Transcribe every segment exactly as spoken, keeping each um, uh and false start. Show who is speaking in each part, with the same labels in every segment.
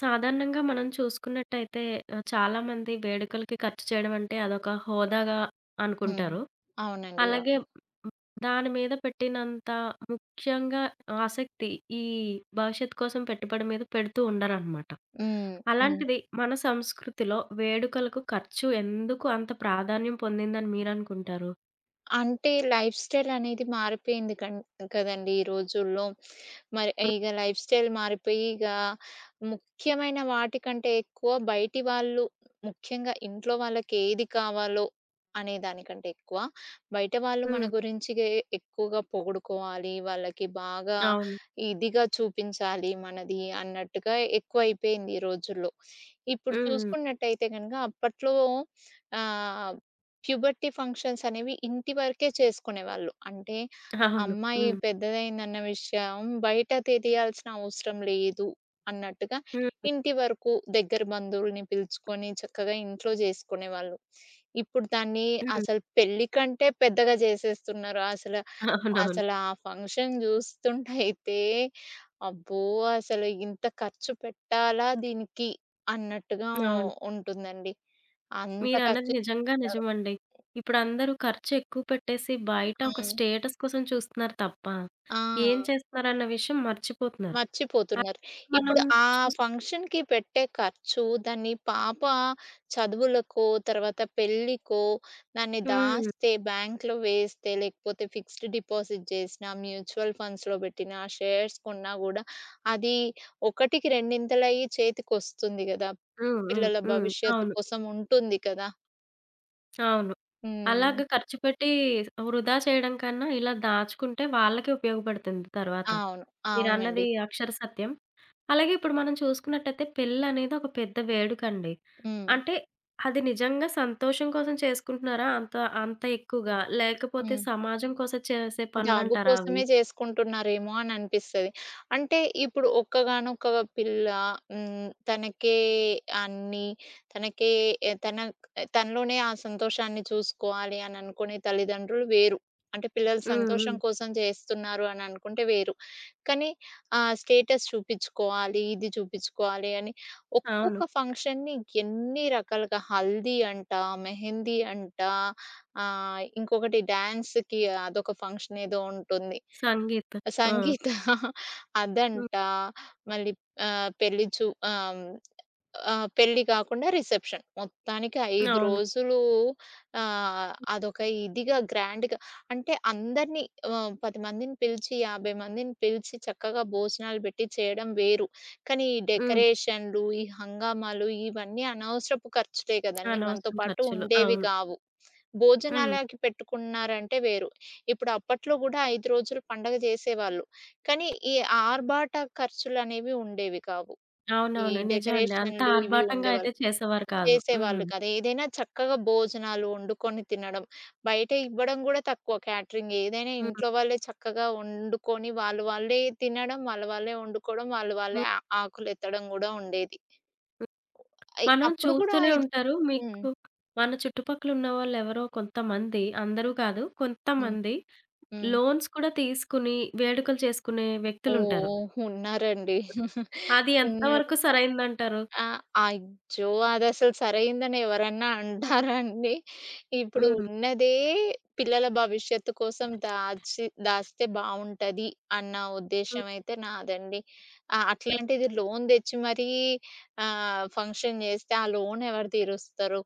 Speaker 1: సాధారణంగా మనం చూసుకున్నట్టయితే ఆహ్, చాలామంది వేడుకలకి ఖర్చు చేయడం అంటే అదొక హోదాగా
Speaker 2: హ్మ్.
Speaker 1: అనుకుంటారు.
Speaker 2: అవునండి.
Speaker 1: అలాగే
Speaker 2: అవును.
Speaker 1: దాని మీద పెట్టినంత ముఖ్యంగా ఆసక్తి ఈ భవిష్యత్తు కోసం పెట్టుబడి మీద పెడుతూ ఉండరనమాట.
Speaker 2: హ్మ్. హ్మ్.
Speaker 1: అలాంటిది మన సంస్కృతిలో వేడుకలకు ఖర్చు ఎందుకు అంత ప్రాధాన్యం పొందిందని మీరనుకుంటారు?
Speaker 2: అంటే లైఫ్ స్టైల్ అనేది మారిపోయింది కన్ కదండీ! ఈ రోజుల్లో. మరి
Speaker 1: హ్మ్.
Speaker 2: ఇగ లైఫ్ స్టైల్ మారిపోయి ఇగ ముఖ్యమైన వాటికంటే ఎక్కువ బయటి వాళ్ళు, ముఖ్యంగా ఇంట్లో వాళ్ళకి ఏది కావాలో అనే దానికంటే ఎక్కువ, బయట వాళ్ళు మన
Speaker 1: హ్మ్.
Speaker 2: గురించిగే ఎక్కువగా పొగుడుకోవాలి, వాళ్ళకి బాగా
Speaker 1: అవును.
Speaker 2: ఇదిగా చూపించాలి మనది అన్నట్టుగా ఎక్కువైపోయింది ఈ రోజుల్లో. ఇప్పుడు
Speaker 1: హ్మ్. హ్మ్.
Speaker 2: చూసుకున్నట్టయితే గనక అప్పట్లో ఆహ్ ప్యూబర్టీ ఫంక్షన్స్ అనేవి ఇంటి వరకే చేసుకునేవాళ్ళు. అంటే
Speaker 1: అవును.
Speaker 2: అమ్మాయి
Speaker 1: హ్మ్.
Speaker 2: పెద్దదయిందన్న విషయం బయట తెలియాల్సిన అవసరం లేదు అన్నట్టుగా
Speaker 1: హ్మ్.
Speaker 2: ఇంటి వరకు దగ్గర బంధువుల్ని పిలుచుకొని చక్కగా ఇంట్లో జేసుకునేవాళ్ళు. ఇప్పుడు దాన్ని
Speaker 1: హ్మ్.
Speaker 2: అసలు పెళ్లి కంటే పెద్దగా జేసేస్తున్నారు. అసలు,
Speaker 1: అవునవును.
Speaker 2: అసలు ఆ ఫంక్షన్ జూస్తుంటైతే అబ్బో! అసలు ఇంత ఖర్చు పెట్టాలా దీనికి అన్నట్టుగా
Speaker 1: అవును.
Speaker 2: ఉంటుందండి. అంత
Speaker 1: మీరన్నది
Speaker 2: ఖర్చు
Speaker 1: నిజంగా
Speaker 2: పెట్టారు.
Speaker 1: నిజమండి. ఇప్పుడందరూ ఖర్చెక్కువ పెట్టేసి బయట
Speaker 2: ఆ!
Speaker 1: ఒక స్టేటస్ కోసం చూస్తున్నారు తప్ప,
Speaker 2: ఆ!
Speaker 1: ఏం చేస్తున్నారన్న విషయం మర్చిపోతున్నారు. అది
Speaker 2: మర్చిపోతున్నారు.
Speaker 1: మనం
Speaker 2: ఇప్పుడు ఆ
Speaker 1: చూస్
Speaker 2: ఫంక్షన్‌కి పెట్టే ఖర్చు, దాన్ని పాప చదువులకో, తర్వాత పెళ్ళికో, దాన్ని
Speaker 1: హ్మ్.
Speaker 2: దాస్తే, బ్యాంక్‌లో వేస్తే, లేకపోతే ఫిక్స్డ్ డిపాజిట్ చేసినా, మ్యూచువల్ ఫండ్స్‌లో పెట్టినా, షేర్స్ కొన్నా గూడా అది ఒకటికి రెండింతలయ్యి చేతికొస్తుంది గదా!
Speaker 1: హ్మ్. హ్మ్.
Speaker 2: పిల్లల
Speaker 1: హ్మ్.
Speaker 2: భవిష్యత్తు
Speaker 1: అవును.
Speaker 2: కోసం ఉంటుంది కదా!
Speaker 1: అవును.
Speaker 2: హ్మ్.
Speaker 1: అలాగ ఖర్చు పెట్టి వృధా చేయడం కన్నా ఇలా దాచుకుంటే వాళ్ళకే ఉపయోగపడుతుంది తర్వాత.
Speaker 2: అవును. అవునండి.
Speaker 1: మీరన్నది అక్షర సత్యం. అలాగే ఇప్పుడు మనం చూసుకున్నట్టయితే పెళ్ళనేది ఒక పెద్ద వేడుకండి.
Speaker 2: హ్మ్.
Speaker 1: అంటే అది నిజంగా సంతోషం కోసం చేసుకుంటున్నారా? అంత అంత ఎక్కువగా లేకపోతే
Speaker 2: హ్మ్.
Speaker 1: సమాజం కోసం చేసే
Speaker 2: జాబు
Speaker 1: పనులంటారా అవి?
Speaker 2: కోసమే చేసుకుంటున్నారేమో అని అనిపిస్తది. అంటే ఇప్పుడు ఒక్కగానొక్క పిల్ల, హ్మ్, తనకే అన్నీ, తనకే ఎ తన తనలోనే ఆ సంతోషాన్ని చూసుకోవాలి అని అనుకునే తల్లిదండ్రులు వేరు. అంటే పిల్లలు
Speaker 1: హ్మ్.
Speaker 2: సంతోషం
Speaker 1: హ్మ్.
Speaker 2: కోసం చేస్తున్నారు అని అనుకుంటే వేరు. కానీ ఆహ్, స్టేటస్ చూపించుకోవాలి, ఇది చూపించుకోవాలి అని
Speaker 1: అవును.
Speaker 2: ఒక్కొక్క ఫంక్షన్‌ని ఎన్ని రకాలుగా హల్దీ అంట, మెహందీ అంట, ఆ! ఇంకొకటి డాన్స్‌కి అదొక ఫంక్షన్ ఏదో ఉంటుంది.
Speaker 1: సంగీతం. ఆ!
Speaker 2: సంగీత
Speaker 1: హ్మ్.
Speaker 2: అదంట. మళ్ళీ ఆహ్, పెళ్లి చూ ఆహ్, ఆహ్, పెళ్లి కాకుండా రిసెప్షన్. మొత్తానికి ఐదు
Speaker 1: అవును.
Speaker 2: రోజులు, ఆహ్, అదొక ఇదిగా గ్రాండ్‌గా, అంటే అందరిని, ఆహ్, పది మందిని పిలిచి, యాభై మందిని పిలిచి చక్కగా భోజనాలు పెట్టి చేయడం వేరు. కానీ ఈ
Speaker 1: హ్మ్.
Speaker 2: డెకరేషన్‌లు, ఈ హంగామాలు ఇవన్నీ అనవసరపు ఖర్చులే కదండీ! మనతో
Speaker 1: అనవసరం
Speaker 2: పాటు
Speaker 1: ఖర్చులు.
Speaker 2: ఉండేవి
Speaker 1: అవును.
Speaker 2: కావు.
Speaker 1: హ్మ్.
Speaker 2: భోజనాలకి పెట్టుకున్నారంటే వేరు. ఇప్పుడు అప్పట్లో గూడా ఐదు రోజులు పండగ జేసేవాళ్ళు. కానీ ఈ ఆర్భాట ఖర్చులనేవి ఉండేవి కావు. ఈ
Speaker 1: అవునవును. నిజమండి. అంత
Speaker 2: డెకరేషన్‌లు ఇవి
Speaker 1: ఆర్భాటంగా అయితే
Speaker 2: ఉండేవాళ్ళు,
Speaker 1: చేసేవారు కాదు. హ్మ్.
Speaker 2: చేసేవాళ్ళు కాదు. ఏదైనా చక్కగా భోజనాలు వండుకొని తినడం. బయట ఇవ్వడం గూడా తక్కువ, క్యాటరింగ్ ఏదైనా,
Speaker 1: హ్మ్.
Speaker 2: ఇంట్లో వాళ్ళే చక్కగా వండుకొని వాళ్ళు వాళ్ళే తినడం, వాళ్ళు వాళ్ళే వండుకోవడం, వాళ్ళు వాళ్ళే
Speaker 1: హ్మ్.
Speaker 2: ఆ ఆకులెత్తడం గూడా ఉండేది. అయ్
Speaker 1: మనం
Speaker 2: అప్పుడు గూడా
Speaker 1: చూస్తూనే
Speaker 2: ఐదు.
Speaker 1: ఉంటారు.
Speaker 2: హ్మ్.
Speaker 1: మీకు మన చుట్టుపక్కల ఉన్నవాళ్ళెవరో కొంతమంది, అందరూ కాదు
Speaker 2: హ్మ్.
Speaker 1: కొంతమంది
Speaker 2: హ్మ్.
Speaker 1: లోన్స్ కూడా తీసుకుని, వేడుకలు చేసుకునే వ్యక్తులుంటారు.
Speaker 2: ఓహ్! ఉన్నారండి.
Speaker 1: అది
Speaker 2: ఉన్నారు.
Speaker 1: ఎంతవరకు సరైందంటారు?
Speaker 2: ఆ! అయ్యో! అదసలు సరైందని ఎవరన్నా అంటారా అండి? ఇప్పుడు
Speaker 1: హ్మ్.
Speaker 2: ఉన్నదే పిల్లల భవిష్యత్తు కోసం దాచి దాస్తే బావుంటది అన్న
Speaker 1: హ్మ్.
Speaker 2: ఉద్దేశ్యం అయితే నాదండి. ఆహ్,
Speaker 1: హ్మ్.
Speaker 2: అట్లాంటిది లోన్ తెచ్చి మరీ ఆహ్, ఫంక్షన్ చేస్తే ఆ లోన్ ఎవరు తీరుస్తరు?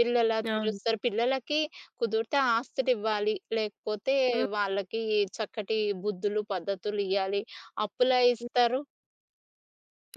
Speaker 2: పిల్లలా
Speaker 1: అవును.
Speaker 2: తీరుస్తరు. పిల్లలకి కుదిరితే ఆస్తులివ్వాలి. లేకపోతే
Speaker 1: హ్మ్.
Speaker 2: వాళ్ళకి చక్కటి బుద్ధులు, పద్ధతులియ్యాలి. అప్పులా
Speaker 1: హ్మ్.
Speaker 2: ఇస్తరు.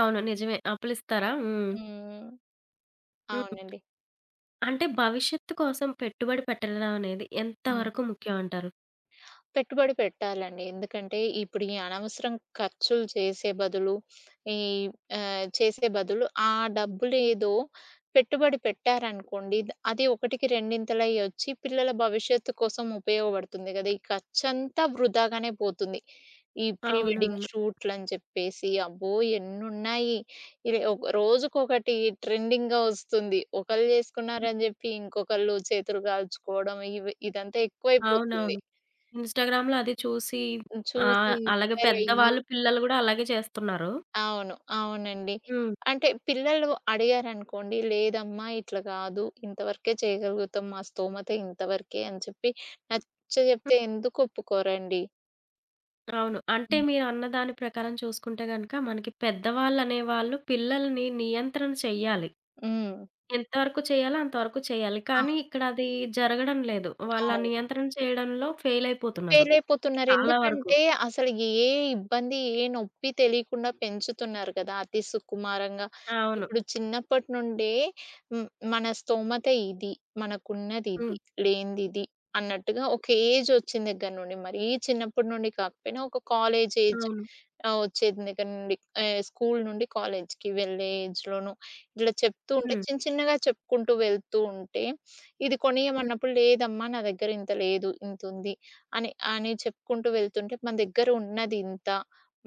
Speaker 1: అవును. నిజమే. అప్పులిస్తారా? హ్మ్.
Speaker 2: హ్మ్.
Speaker 1: హ్మ్.
Speaker 2: అవునండి.
Speaker 1: అంటే భవిష్యత్తు కోసం పెట్టుబడి పెట్టడం అనేది
Speaker 2: హ్మ్.
Speaker 1: ఎంతవరకు ముఖ్యం అంటారు?
Speaker 2: పెట్టుబడి పెట్టాలండి. ఎందుకంటే ఇప్పుడు ఈ అనవసరం ఖర్చులు చేసే బదులు, ఈ ఆహ్, చేసే బదులు ఆ డబ్బులేదో పెట్టుబడి పెట్టారనుకోండి, ద అది ఒకటికి రెండింతలై వచ్చి పిల్లల భవిష్యత్తు కోసం ఉపయోగపడుతుంది గదా! ఈ ఖర్చంతా వృధాగానే పోతుంది. ఈ ప్రీ వెడ్డింగ్
Speaker 1: అవునవును.
Speaker 2: షూట్‌లని చెప్పేసి, అబ్బో! ఎన్నున్నాయి. ఇది ఒక రోజుకొకటి ట్రెండింగ్‌గా వస్తుంది. ఒకళ్ళు చేసుకున్నారని జెప్పి ఇంకొకళ్ళు చేతులు కాల్చుకోవడం, ఇవి ఇదంతా ఎక్కువైపోతుంది.
Speaker 1: అవునవును. ఇన్‌స్టాగ్రామ్‌లో అది చూసి ఆ!
Speaker 2: చూసి
Speaker 1: అలాగే
Speaker 2: ఇన్‌స్పైర్ అయ్యి.
Speaker 1: పెద్దవాళ్ళు, పిల్లలు గూడా అలాగే చేస్తున్నారు.
Speaker 2: అవును. అవునండి.
Speaker 1: హ్మ్.
Speaker 2: అంటే పిల్లలు అడిగారనుకోండి, లేదమ్మా ఇట్లా కాదు, ఇంతవరకే చేయగలుగుతాం, మా స్తోమత ఇంతవరకే అని చెప్పి నచ్చ
Speaker 1: హ్మ్.
Speaker 2: చెప్తే ఎందుకు ఒప్పుకోరండి.
Speaker 1: అవును. అంటే
Speaker 2: హ్మ్.
Speaker 1: మీరన్న దాని ప్రకారం చూసుకుంటే గనక మనకి పెద్దవాళ్ళనేవాళ్ళు పిల్లలని నియంత్రణ చెయ్యాలి.
Speaker 2: హ్మ్.
Speaker 1: ఎంతవరకు చేయాలో అంతవరకు చేయాలి.
Speaker 2: అవును.
Speaker 1: కానీ ఇక్కడ అది జరగడం లేదు. వాళ్ళ
Speaker 2: అవును.
Speaker 1: నియంత్రణ చేయడంలో ఫెయిల్ అయిపోతున్నారు.
Speaker 2: ఫెయిలయిపోతున్నారు.
Speaker 1: చాలా వరకు.
Speaker 2: ఎందుకంటే, అసలు ఏ ఇబ్బంది, ఏ నొప్పి తెలియకుండా పెంచుతున్నారు కదా! అతి సుకుమారంగా.
Speaker 1: అవును.
Speaker 2: ఇప్పుడు చిన్నప్పటి నుండే, హ్మ్, మన స్తోమత ఇది,
Speaker 1: హ్మ్.
Speaker 2: మనకున్నదిది, లేనిదిది అన్నట్టుగా ఒక ఏజొచ్చిన దగ్గర నుండి, మరీ చిన్నప్పటి నుండి కాకపోయినా ఒక కాలేజ్ ఏజ్
Speaker 1: అవును.
Speaker 2: ఆహ్, వచ్చేది దగ్గర నుండి, ఆహ్, స్కూలు నుండి కాలేజ్‌కి వెళ్ళే ఏజ్‌లోనూ ఇట్లా చెప్తూ ఉంటే,
Speaker 1: హ్మ్.
Speaker 2: చిన్న చిన్నగా చెప్పుకుంటూ వెళ్తూ ఉంటే, ఇది
Speaker 1: హ్మ్.
Speaker 2: కొనియమన్నప్పుడు, లేదమ్మా! నా దగ్గర ఇంత లేదు, ఇంతుంది అని, అని చెప్పుకుంటూ వెళ్తుంటే మన దగ్గర ఉన్నదింత,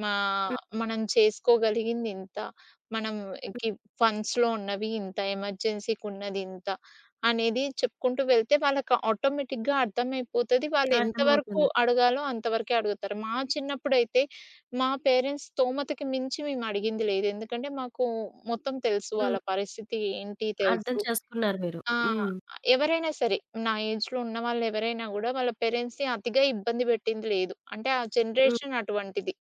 Speaker 2: మా
Speaker 1: హ్మ్.
Speaker 2: మనం చేసుకోగలిగిందింత, మనంకి ఫండ్స్‌లో ఉన్నవి ఇంత, ఎమర్జెన్సీ‌కున్నదింత అనేది చెప్పుకుంటూ వెళ్తే వాళ్ళకి ఆటోమేటిక్‌గా అర్థమైపోతది. వాళ్ళు ఎంతవరకు
Speaker 1: అర్థమవుతుంది.
Speaker 2: అడగాలో అంతవరకే అడుగుతారు. మా చిన్నప్పుడైతే మా పేరెంట్స్ స్తోమతకి మించి మేము అడిగింది లేదు. ఎందుకంటే మాకు మొత్తం తెలుసు,
Speaker 1: హ్మ్.
Speaker 2: వాళ్ళ పరిస్థితి ఏంటి
Speaker 1: అర్థం
Speaker 2: తెలుసు.
Speaker 1: చేసుకున్నారు మీరు.
Speaker 2: ఆ!
Speaker 1: హ్మ్.
Speaker 2: ఎవరైనా సరే, నా ఏజ్‌లో ఉన్నవాళ్ళు ఎవరైనా గూడా వాళ్ళ పేరెంట్స్‌ని అతిగా ఇబ్బంది పెట్టింది లేదు. అంటే ఆ
Speaker 1: హ్మ్.
Speaker 2: జనరేషన్ అటువంటిది.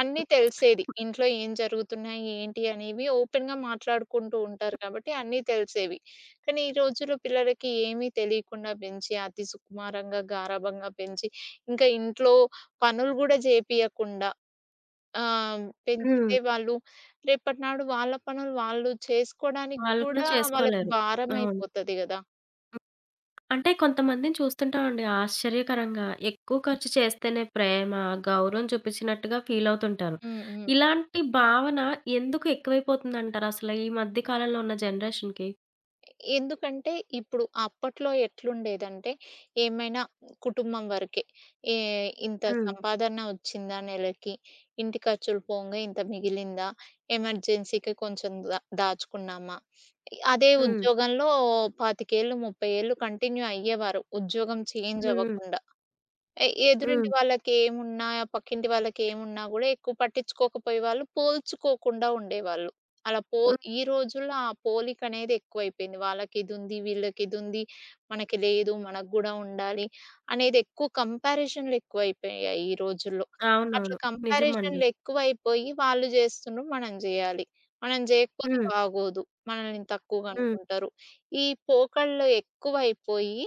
Speaker 2: అన్నీ తెలిసేది. ఇంట్లో ఏం జరుగుతున్నాయి, ఏంటి అనేవి ఓపెన్‌గా మాట్లాడుకుంటూ ఉంటారు కాబట్టి అన్నీ తెలిసేవి. కానీ ఈ రోజుల్లో పిల్లలకి ఏమీ తెలియకుండా పెంచి, అతి సుకుమారంగా, గారాబంగా పెంచి, ఇంకా ఇంట్లో పనులు గూడా జేపియకుండా, ఆహ్,
Speaker 1: హ్మ్.
Speaker 2: పెంచితే వాళ్ళు రేపటినాడు వాళ్ళ పనులు వాళ్ళు చేసుకోవడానికి
Speaker 1: వాళ్ళు కూడా
Speaker 2: కూడా వాళ్ళకి
Speaker 1: చేసుకోలేరు. అవును.
Speaker 2: భారమైపోతది గదా!
Speaker 1: అంటే కొంతమందిని చూస్తుంటామండి ఆశ్చర్యకరంగా ఎక్కువ ఖర్చు చేస్తేనే ప్రేమ, గౌరవం చూపించినట్టుగా ఫీల్ అవుతుంటారు.
Speaker 2: హ్మ్. హ్మ్.
Speaker 1: ఇలాంటి భావన ఎందుకు ఎక్కువైపోతుందంటారు అసలు ఈ మధ్య కాలంలో ఉన్న జనరేషన్‌కి?
Speaker 2: ఎందుకంటే ఇప్పుడు అప్పట్లో ఎట్లుండేదంటే, ఏమైనా కుటుంబం వరకే. ఏ ఇంత
Speaker 1: హ్మ్.
Speaker 2: సంపాదన వచ్చిందా నెలకి, ఇంటి ఖర్చులు పోంగా ఇంత మిగిలిందా, ఎమర్జెన్సీకి కొంచెం దా దాచుకున్నామా. ఈ- అదే
Speaker 1: హ్మ్.
Speaker 2: ఉద్యోగంలో ఇరవై ఐదు ఏళ్ళు, ముప్ఫై ఏళ్ళు కంటిన్యూ అయ్యేవారు, ఉద్యోగం చేంజ్
Speaker 1: హ్మ్. హ్మ్.
Speaker 2: అవ్వకుండా. ఎ ఎదురింటి
Speaker 1: హ్మ్.
Speaker 2: వాళ్ళకేమున్నా, పక్కింటి వాళ్ళకేమున్నా గూడా ఎక్కువ పట్టించుకోకపోయే వాళ్ళు, పోల్చుకోకుండా ఉండేవాళ్ళు. అలా పో
Speaker 1: హ్మ్.
Speaker 2: ఈ రోజుల్లో ఆ పోలికనేది ఎక్కువైపోయింది. వాళ్ళకిదుంది, వీళ్ళకిదుంది, మనకి లేదు, మనకు గూడా ఉండాలి అనేది, ఎక్కువ కంపారిజన్‌లు ఎక్కువైపోయాయి ఈ రోజుల్లో. అట్లా
Speaker 1: అవునవును. నిజమండి.
Speaker 2: కంపారిజన్‌లు ఎక్కువైపోయి వాళ్ళు జేస్తున్రు మనం జేయాలి, మనం జేయకపోతే
Speaker 1: హ్మ్.
Speaker 2: బాగోదు, మనల్ని తక్కువగా
Speaker 1: హ్మ్.
Speaker 2: అనుకుంటారు. ఈ పోకడలు ఎక్కువైపోయి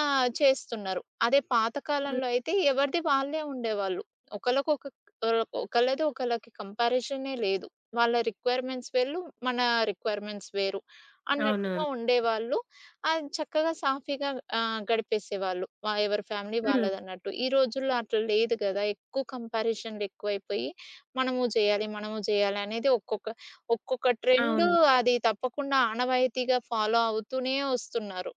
Speaker 2: ఆ! చేస్తున్నారు. అదే పాత
Speaker 1: హ్మ్.
Speaker 2: కాలంలో అయితే ఎవరిది వాళ్ళే ఉండేవాళ్ళు. ఒకళ్ళకొక ఆహ్, ఒకళ్ళది ఒకళ్ళకి కంపారిజనే లేదు. వాళ్ళ రిక్వైర్మెంట్స్ వేళ్ళు, మన రిక్వైర్మెంట్స్ వేరు అన్నట్టుగా
Speaker 1: అవునవును.
Speaker 2: ఉండేవాళ్ళు. అది చక్కగా సాఫీగా ఆహ్, గడిపేసేవాళ్ళు. వా ఎవరి ఫ్యామిలీ
Speaker 1: హ్మ్.
Speaker 2: వాళ్ళదన్నట్టు. ఈ రోజుల్లో అట్లా లేదు గదా! ఎక్కువ కంపారిజన్‌లు ఎక్కువైపోయి మనము జేయాలి, మనము జేయాలి అనేది ఒక్కొక్క ఒక్కొక్క హ్మ్. ట్రెండు
Speaker 1: అవును.
Speaker 2: అది తప్పకుండా ఆనవాయితీగా ఫాలో అవుతూనే వస్తున్నారు.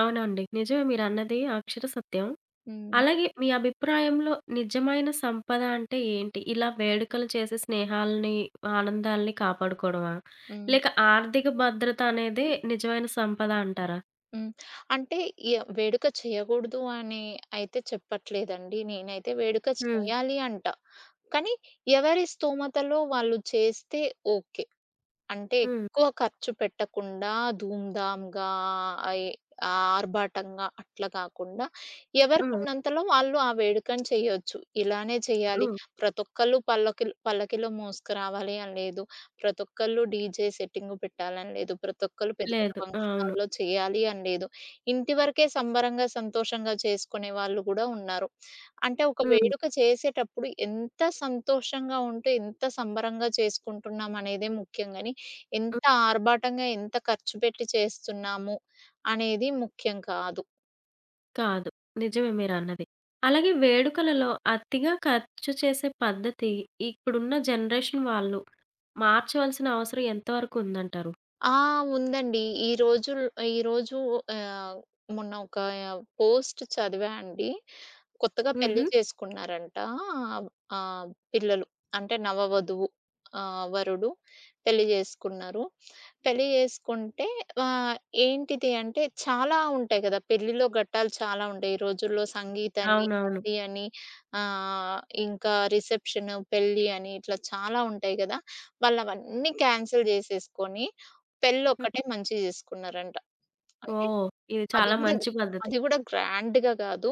Speaker 1: అవునండి. నిజమే మీరన్నది అక్షర సత్యం.
Speaker 2: హ్మ్.
Speaker 1: అలాగే మీ అభిప్రాయంలో నిజమైన సంపద అంటే ఏంటి? ఇలా వేడుకలు చేసే స్నేహాల్ని, ఆనందాల్ని కాపాడుకోవడమా?
Speaker 2: హ్మ్.
Speaker 1: లేక ఆర్థిక భద్రత అనేదే నిజమైన సంపద అంటారా?
Speaker 2: హ్మ్. అంటే య వేడుక చేయగూడదు అని అయితే చెప్పట్లేదండి. నేనైతే వేడుక
Speaker 1: హ్మ్.
Speaker 2: చేయాలి అంట. కానీ ఎవరి స్తోమతలో వాళ్ళు చేస్తే ఓకే. అంటే
Speaker 1: హ్మ్.
Speaker 2: ఎక్కువ ఖర్చు పెట్టకుండా, ధూమ్‌ధామ్‌గా, ఆహ్, ఎ ఆర్భాటంగా అట్లా కాకుండా,
Speaker 1: హ్మ్.
Speaker 2: ఎవరికున్నంతలో వాళ్ళు ఆ వేడుకని చేయొచ్చు. ఇలానే చేయాలి.
Speaker 1: హ్మ్.
Speaker 2: ప్రతొక్కళ్ళు పల్లకిల్ పల్లకిలో మోసుకురావాలి అని లేదు. ప్రతొక్కళ్ళు డీజే సెట్టింగు పెట్టాలని లేదు. ప్రతొక్కళ్ళు పెద్ద పెద్ద
Speaker 1: లేదు.
Speaker 2: ఫంక్షన్
Speaker 1: అవును.
Speaker 2: హాల్‌లో చేయాలి అని లేదు. ఇంటి వరకే సంబరంగా, సంతోషంగా చేసుకునే వాళ్ళు గూడా ఉన్నారు. అంటే ఒక
Speaker 1: హ్మ్. హ్మ్.
Speaker 2: వేడుక చేసేటప్పుడు ఎంత సంతోషంగా ఉంటూ, ఎంత సంబరంగా చేసుకుంటున్నాం అనేదే ముఖ్యం గాని ఎంత ఆర్భాటంగా, ఎంత ఖర్చు పెట్టి చేస్తున్నాము అనేది ముఖ్యం కాదు.
Speaker 1: కాదు. నిజమే మీరన్నది. అలాగే వేడుకలలో అతిగా ఖర్చు చేసే పద్ధతి ఇప్పుడున్న జనరేషన్ వాళ్ళు మార్చవలసిన అవసరం ఎంతవరకు ఉందంటారు?
Speaker 2: ఆ! ఉందండి. ఈ రోజుల్ ఈరోజు ఆహ్, మొన్న ఒక పోస్ట్ చదివా అండి. కొత్తగా పెళ్లి
Speaker 1: హుహు.
Speaker 2: చేసుకున్నారంట. ఆహ్, పిల్లలు అంటే నవవధువు, ఆహ్, వరుడు పెళ్లి చేసుకున్నారు. పెళ్లి చేసుకుంటే ఆహ్, ఏంటిది అంటే చాలా ఉంటాయి కదా! పెళ్లిలో ఘట్టాలు చాలా ఉంటాయి ఈ రోజుల్లో. సంగీతని,
Speaker 1: అవునవును.
Speaker 2: హల్దీ అని, ఆహ్, ఇంకా రిసెప్షన్, పెళ్లి అని ఇట్లా చాలా ఉంటాయి కదా! వాళ్ళవన్నీ క్యాన్సెల్ చేసేసుకొని
Speaker 1: హ్మ్.
Speaker 2: పెళ్లొక్కటే మంచిగా చేసుకున్నారంట. అంటే
Speaker 1: ఓహ్! ఇది
Speaker 2: అది
Speaker 1: చాలా
Speaker 2: గూడా
Speaker 1: మంచి పద్ధతి.
Speaker 2: అది గూడా గ్రాండ్‌గా గాదు,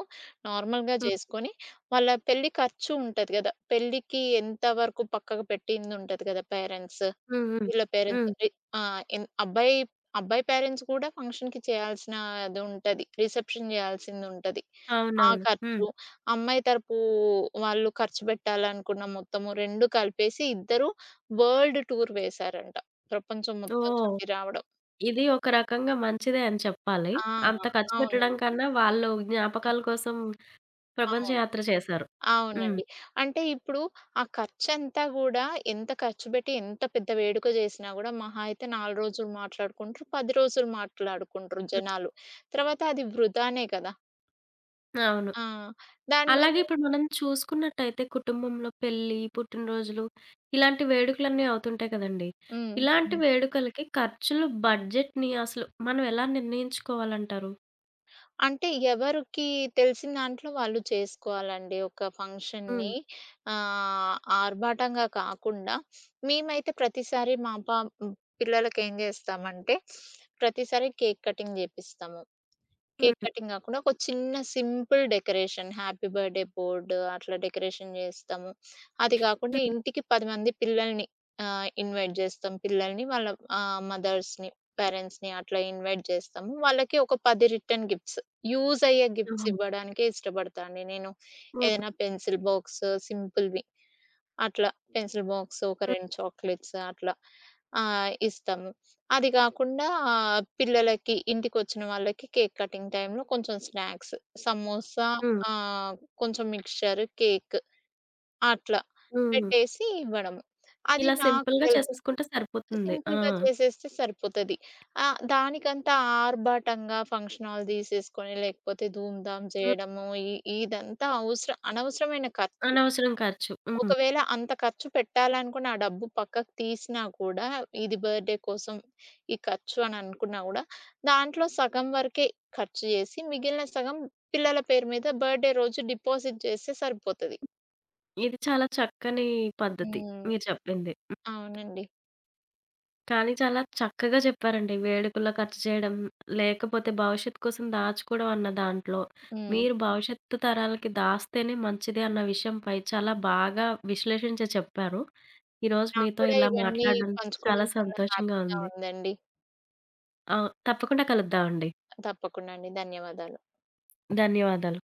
Speaker 2: నార్మల్‌గా
Speaker 1: హ్మ్.
Speaker 2: జేసుకొని, వాళ్ళ పెళ్లి ఖర్చు ఉంటది గదా! పెళ్ళికి ఎంత వరకు పక్కకు పెట్టిందుంటది గదా! పేరెంట్స్,
Speaker 1: హ్మ్. హ్మ్.
Speaker 2: వీళ్ళ
Speaker 1: హ్మ్.
Speaker 2: పేరెంట్స్ రి ఆ! ఎన్ అబ్బాయి అబ్బాయి పేరెంట్స్ గూడా ఫంక్షన్‌కి చేయాల్సినదుంటది. రిసెప్షన్ జేయాల్సిందుంటది. ఆ
Speaker 1: అవునవును. హ్మ్.
Speaker 2: ఖర్చు, అమ్మాయి తరపు వాళ్ళు ఖర్చు బెట్టాలనుకున్న మొత్తము రెండు కలిపేసి ఇద్దరు వరల్డ్ టూర్ వేశారంట. ప్రపంచం మొత్తం
Speaker 1: ఓహ్!
Speaker 2: చుట్టి రావడం.
Speaker 1: ఇది ఒక రకంగా మంచిదే అని చెప్పాలి.
Speaker 2: ఆ!
Speaker 1: అంత ఖర్చు పెట్టడం
Speaker 2: అవునండి.
Speaker 1: కన్నా వాళ్ళు జ్ఞాపకాల
Speaker 2: ఆ!
Speaker 1: కోసం ప్రపంచ
Speaker 2: అవును.
Speaker 1: యాత్ర చేశారు. హ్మ్.
Speaker 2: అవునండి. అంటే ఇప్పుడు ఆ ఖర్చంతా గూడా, ఎంత ఖర్చు పెట్టి, ఎంత పెద్ద వేడుక చేసినా గూడా మహా అయితే నాలుగు రోజులు మాట్లాడుకుంటారు, పది రోజులు మాట్లాడుకుంటారు
Speaker 1: హ్మ్.
Speaker 2: జనాలు. తర్వాత అది వృధానే కదా!
Speaker 1: అవును.
Speaker 2: ఆ! దాని
Speaker 1: అలాగే
Speaker 2: బదులు,
Speaker 1: ఇప్పుడు మనం చూసుకున్నట్టయితే కుటుంబంలో పెళ్లి, పుట్టినరోజులు ఇలాంటి వేడుకలన్నీ అవుతుంటాయి కదండీ!
Speaker 2: హ్మ్.
Speaker 1: ఇలాంటి
Speaker 2: హ్మ్.
Speaker 1: వేడుకలకి ఖర్చులు బడ్జెట్‌ని అసలు మనం ఎలా నిర్ణయించుకోవాలంటారు?
Speaker 2: అంటే ఎవరికి తెలిసిన దాంట్లో వాళ్ళు చేసుకోవాలండి. ఒక
Speaker 1: హ్మ్.
Speaker 2: ఫంక్షన్‌ని ఆహ్, ఆర్భాటంగా కాకుండా, మేమైతే ప్రతిసారి మా పా హ్మ్. పిల్లలకేం చేస్తామంటే, ప్రతిసారి కేక్ కటింగ్ చేపిస్తాము. కేక్
Speaker 1: హ్మ్.
Speaker 2: కటింగ్ గాకుండా, ఒక చిన్న simple decoration, happy birthday board అట్లా డెకరేషన్ జేస్తాము. అది గాకుండా
Speaker 1: హ్మ్.
Speaker 2: ఇంటికి పది మంది పిల్లల్ని ఆహ్, ఇన్వైట్ జేస్తాం. పిల్లల్ని, వాళ్ళ ఆహ్, మదర్స్‌ని, పేరెంట్స్‌ని అట్లా ఇన్వైట్ జేస్తాము. వాళ్ళకి ఒక పది రిటర్న్ గిఫ్ట్స్, యూజ్ అయ్యే గిఫ్ట్స్
Speaker 1: ఓహో!
Speaker 2: ఇవ్వడానికే ఇష్టపడతా అండి నేను.
Speaker 1: హ్మ్.
Speaker 2: ఏదైనా పెన్సిల్ బాక్స్ సింపుల్‌వి, అట్లా, పెన్సిల్ బాక్స్ ఒక
Speaker 1: హ్మ్.
Speaker 2: రెండు చాక్లెట్స్ అట్లా ఆహ్, ఇస్తాము. అది కాకుండా, ఆ, పిల్లలకి ఇంటికొచ్చిన వాళ్ళకి కేక్ కటింగ్ టైమ్‌లో కొంచెం స్నాక్స్, సమోసా,
Speaker 1: హ్మ్.
Speaker 2: ఆహ్, కొంచెం మిక్స్చర్, కేక్ అట్లా
Speaker 1: హ్మ్.
Speaker 2: పెట్టేసి ఇవ్వడము. అది
Speaker 1: ఇలా
Speaker 2: నాకు
Speaker 1: సింపుల్‌గా
Speaker 2: తెలుసు.
Speaker 1: చేసేసుకుంటే సరిపోతుంది. ఆ!
Speaker 2: సింపుల్‌గా చేసేస్తే సరిపోతది. ఆహ్, దానికంతా ఆర్భాటంగా ఫంక్షన్ హాల్ తీసేసుకొని లేకపోతే ధూమ్ ధామ్
Speaker 1: హ్మ్.
Speaker 2: చేయడము, ఇ ఇదంతా అవసర అనవసరమైన ఖర్చు.
Speaker 1: అనవసరం ఖర్చు. హ్మ్.
Speaker 2: ఒకవేళ అంత ఖర్చు పెట్టాలనుకుని ఆ డబ్బు పక్కకు తీసినా కూడా, ఇది బర్త్‌డే కోసం ఈ ఖర్చు అని అనుకున్నా గూడా, దాంట్లో సగం వరకే ఖర్చు జేసి, మిగిలిన సగం పిల్లల పేరు మీద బర్త్‌డే రోజు డిపాజిట్ జేస్తే సరిపోతది.
Speaker 1: ఇది చాలా చక్కని పద్ధతి
Speaker 2: హ్మ్.
Speaker 1: మీరు చెప్పింది.
Speaker 2: అవునండి.
Speaker 1: కానీ చాలా చక్కగా చెప్పారండి. వేడుకల్లో ఖర్చు చేయడం, లేకపోతే భవిష్యత్తు కోసం దాచుకోవడం అన్న దాంట్లో,
Speaker 2: హ్మ్.
Speaker 1: మీరు భవిష్యత్తు తరాలకి దాస్తేనే మంచిది అన్న విషయంపై చాలా బాగా విశ్లేషించి చెప్పారు. ఈరోజు
Speaker 2: నాకు
Speaker 1: మీతో
Speaker 2: కూడా
Speaker 1: ఇలా
Speaker 2: ఇవన్నీ
Speaker 1: మాట్లాడడం చాలా
Speaker 2: పంచుకోవడం చాలా
Speaker 1: సంతోషంగా
Speaker 2: హ్యాపీగా
Speaker 1: ఉంది.
Speaker 2: ఉందండి.
Speaker 1: ఆ! తప్పకుండా కలుద్దామండి.
Speaker 2: తప్పకుండా అండి. ధన్యవాదాలు.
Speaker 1: ధన్యవాదాలు.